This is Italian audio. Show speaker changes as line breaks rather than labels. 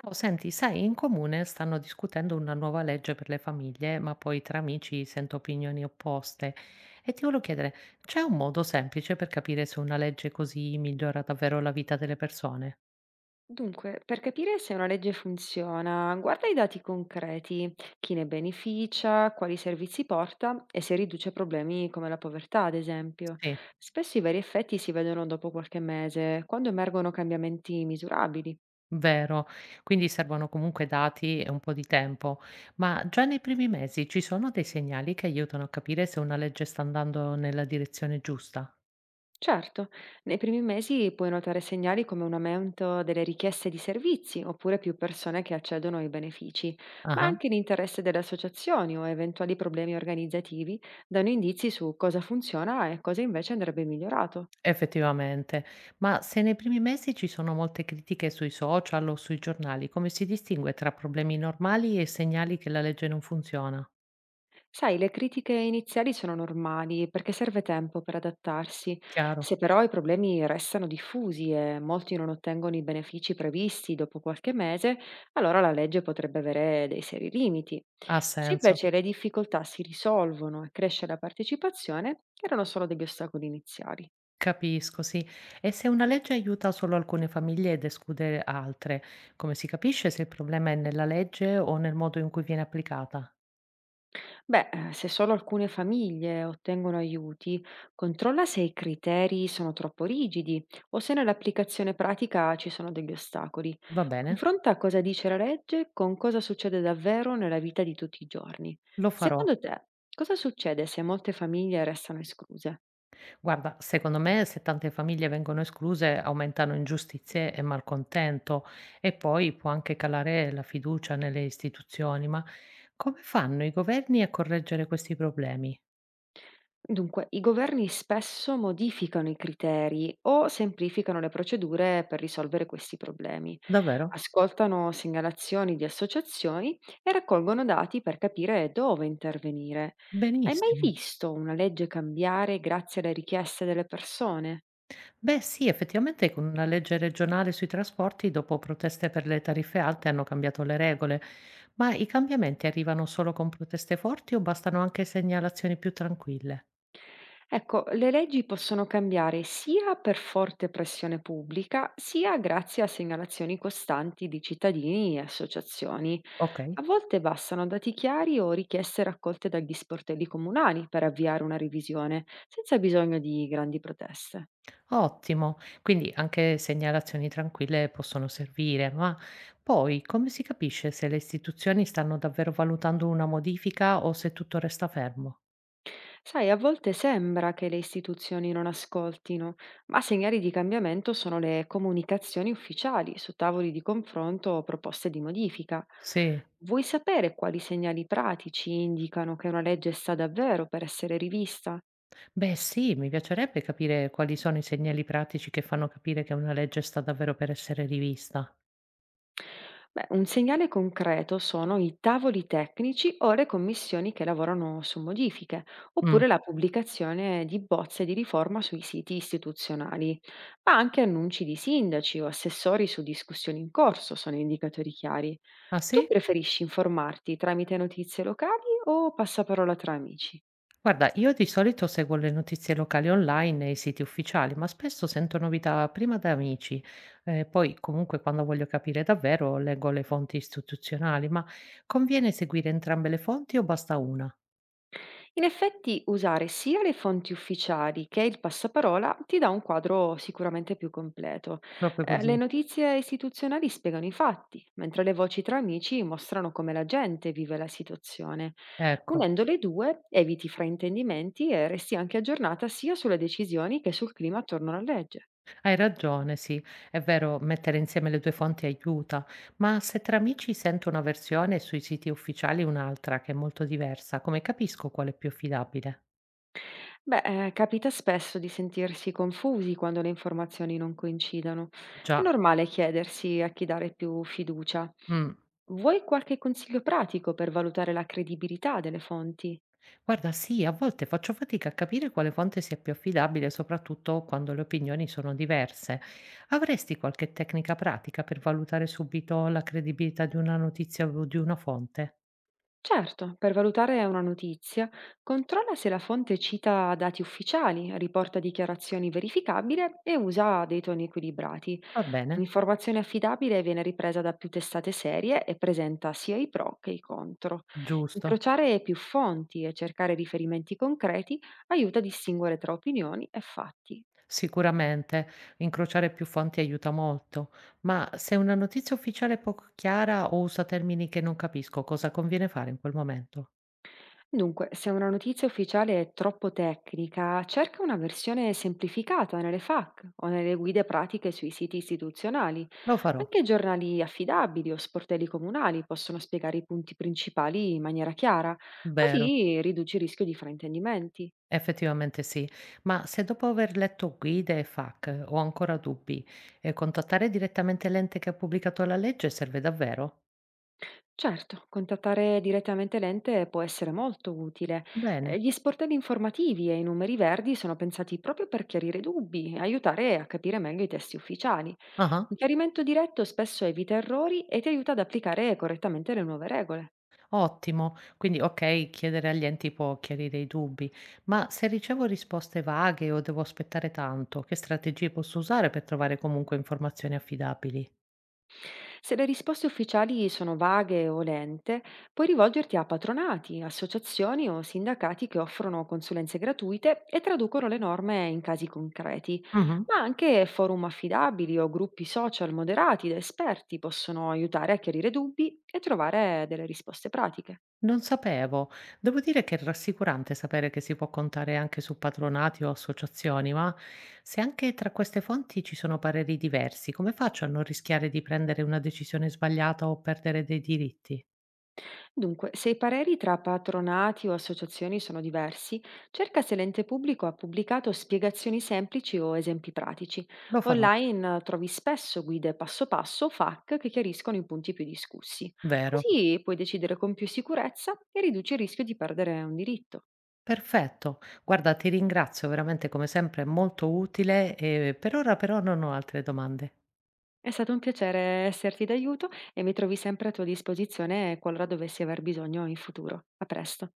Ciao, senti, sai, in comune stanno discutendo una nuova legge per le famiglie, ma poi tra amici sento opinioni opposte. E ti volevo chiedere, c'è un modo semplice per capire se una legge così migliora davvero la vita delle persone?
Dunque, per capire se una legge funziona, guarda i dati concreti, chi ne beneficia, quali servizi porta e se riduce problemi come la povertà, ad esempio.
Sì,
Spesso i veri effetti si vedono dopo qualche mese, quando emergono cambiamenti misurabili.
vero. Quindi servono comunque dati e un po' di tempo, ma già nei primi mesi ci sono dei segnali che aiutano a capire se una legge sta andando nella direzione giusta?
Certo, nei primi mesi puoi notare segnali come un aumento delle richieste di servizi oppure più persone che accedono ai benefici, ma
Ah.
anche l'interesse delle associazioni o eventuali problemi organizzativi danno indizi su cosa funziona e cosa invece andrebbe migliorato.
Effettivamente. Ma se nei primi mesi ci sono molte critiche sui social o sui giornali, come si distingue tra problemi normali e segnali che la legge non funziona?
Sai, le critiche iniziali sono normali perché serve tempo per adattarsi.
Chiaro,
Se però i problemi restano diffusi e molti non ottengono i benefici previsti dopo qualche mese, allora la legge potrebbe avere dei seri limiti.
ha
Se
senso.
invece le difficoltà si risolvono e cresce la partecipazione, erano solo degli ostacoli iniziali.
Capisco, sì. E se una legge aiuta solo alcune famiglie ed esclude altre, come si capisce se il problema è nella legge o nel modo in cui viene applicata?
Beh, se solo alcune famiglie ottengono aiuti, controlla se i criteri sono troppo rigidi o se nell'applicazione pratica ci sono degli ostacoli.
Va bene,
Confronta cosa dice la legge con cosa succede davvero nella vita di tutti i giorni.
lo farò.
Secondo te, cosa succede se molte famiglie restano escluse?
Guarda, secondo me se tante famiglie vengono escluse aumentano ingiustizie e malcontento e poi può anche calare la fiducia nelle istituzioni, ma come fanno i governi a correggere questi problemi?
Dunque, i governi spesso modificano i criteri o semplificano le procedure per risolvere questi problemi.
Davvero?
Ascoltano segnalazioni di associazioni e raccolgono dati per capire dove intervenire. Hai mai
Benissimo.
visto una legge cambiare grazie alle richieste delle persone?
Beh, sì, effettivamente con una legge regionale sui trasporti, dopo proteste per le tariffe alte, hanno cambiato le regole, ma i cambiamenti arrivano solo con proteste forti o bastano anche segnalazioni più tranquille?
Ecco, le leggi possono cambiare sia per forte pressione pubblica, sia grazie a segnalazioni costanti di cittadini e associazioni.
Ok.
A volte bastano dati chiari o richieste raccolte dagli sportelli comunali per avviare una revisione, senza bisogno di grandi proteste.
Ottimo, quindi anche segnalazioni tranquille possono servire, ma poi come si capisce se le istituzioni stanno davvero valutando una modifica o se tutto resta fermo?
Sai, a volte sembra che le istituzioni non ascoltino, ma segnali di cambiamento sono le comunicazioni ufficiali su tavoli di confronto o proposte di modifica.
Sì,
Vuoi sapere quali segnali pratici indicano che una legge sta davvero per essere rivista?
beh sì, mi piacerebbe capire quali sono i segnali pratici che fanno capire che una legge sta davvero per essere rivista.
Beh, un segnale concreto sono i tavoli tecnici o le commissioni che lavorano su modifiche,
Mm.
oppure la pubblicazione di bozze di riforma sui siti istituzionali, ma anche annunci di sindaci o assessori su discussioni in corso sono indicatori chiari.
Ah
Tu
sì?
preferisci informarti tramite notizie locali o passaparola tra amici?
Guarda, io di solito seguo le notizie locali online e i siti ufficiali, ma spesso sento novità prima da amici, poi comunque quando voglio capire davvero leggo le fonti istituzionali, ma conviene seguire entrambe le fonti o basta una?
In effetti usare sia le fonti ufficiali che il passaparola ti dà un quadro sicuramente più completo.
Proprio
Le
così.
notizie istituzionali spiegano i fatti, mentre le voci tra amici mostrano come la gente vive la situazione.
Ecco,
Unendo le due eviti fraintendimenti e resti anche aggiornata sia sulle decisioni che sul clima attorno alla legge.
hai ragione, sì, è vero, mettere insieme le due fonti aiuta, ma se tra amici sento una versione e sui siti ufficiali un'altra che è molto diversa, come capisco quale è più affidabile?
Beh, capita spesso di sentirsi confusi quando le informazioni non coincidono. È
Già.
normale chiedersi a chi dare più fiducia.
Mm.
Vuoi qualche consiglio pratico per valutare la credibilità delle fonti?
Guarda, sì, a volte faccio fatica a capire quale fonte sia più affidabile, soprattutto quando le opinioni sono diverse. Avresti qualche tecnica pratica per valutare subito la credibilità di una notizia o di una fonte?
Certo, per valutare una notizia, controlla se la fonte cita dati ufficiali, riporta dichiarazioni verificabili e usa dei toni equilibrati.
Va bene?
Un'informazione affidabile viene ripresa da più testate serie e presenta sia i pro che i contro.
Giusto.
Incrociare più fonti e cercare riferimenti concreti aiuta a distinguere tra opinioni e fatti.
Sicuramente incrociare più fonti aiuta molto, ma se una notizia ufficiale è poco chiara o usa termini che non capisco, cosa conviene fare in quel momento?
Dunque, se una notizia ufficiale è troppo tecnica, cerca una versione semplificata nelle FAQ o nelle guide pratiche sui siti istituzionali.
Lo farò,
Anche giornali affidabili o sportelli comunali possono spiegare i punti principali in maniera chiara,
vero?
così riduci il rischio di fraintendimenti.
Effettivamente sì, ma se dopo aver letto guide e FAQ ho ancora dubbi, contattare direttamente l'ente che ha pubblicato la legge serve davvero?
Certo, contattare direttamente l'ente può essere molto utile.
Bene.
Gli sportelli informativi e i numeri verdi sono pensati proprio per chiarire dubbi e aiutare a capire meglio i testi ufficiali.
Ah,
Un chiarimento diretto spesso evita errori e ti aiuta ad applicare correttamente le nuove regole.
Ottimo. Quindi, ok, chiedere agli enti può chiarire i dubbi, ma se ricevo risposte vaghe o devo aspettare tanto, che strategie posso usare per trovare comunque informazioni affidabili?
Se le risposte ufficiali sono vaghe o lente, puoi rivolgerti a patronati, associazioni o sindacati che offrono consulenze gratuite e traducono le norme in casi concreti,
Mhm.
ma anche forum affidabili o gruppi social moderati da esperti possono aiutare a chiarire dubbi e trovare delle risposte pratiche.
Non sapevo. Devo dire che è rassicurante sapere che si può contare anche su patronati o associazioni, ma se anche tra queste fonti ci sono pareri diversi, come faccio a non rischiare di prendere una decisione sbagliata o perdere dei diritti?
Dunque, se i pareri tra patronati o associazioni sono diversi, cerca se l'ente pubblico ha pubblicato spiegazioni semplici o esempi pratici.
Lo farò,
Online trovi spesso guide passo passo o FAQ che chiariscono i punti più discussi.
vero?
Così puoi decidere con più sicurezza e riduci il rischio di perdere un diritto.
Perfetto. Guarda, ti ringrazio veramente come sempre, è molto utile e per ora però non ho altre domande.
È stato un piacere esserti d'aiuto e mi trovi sempre a tua disposizione qualora dovessi aver bisogno in futuro. A presto.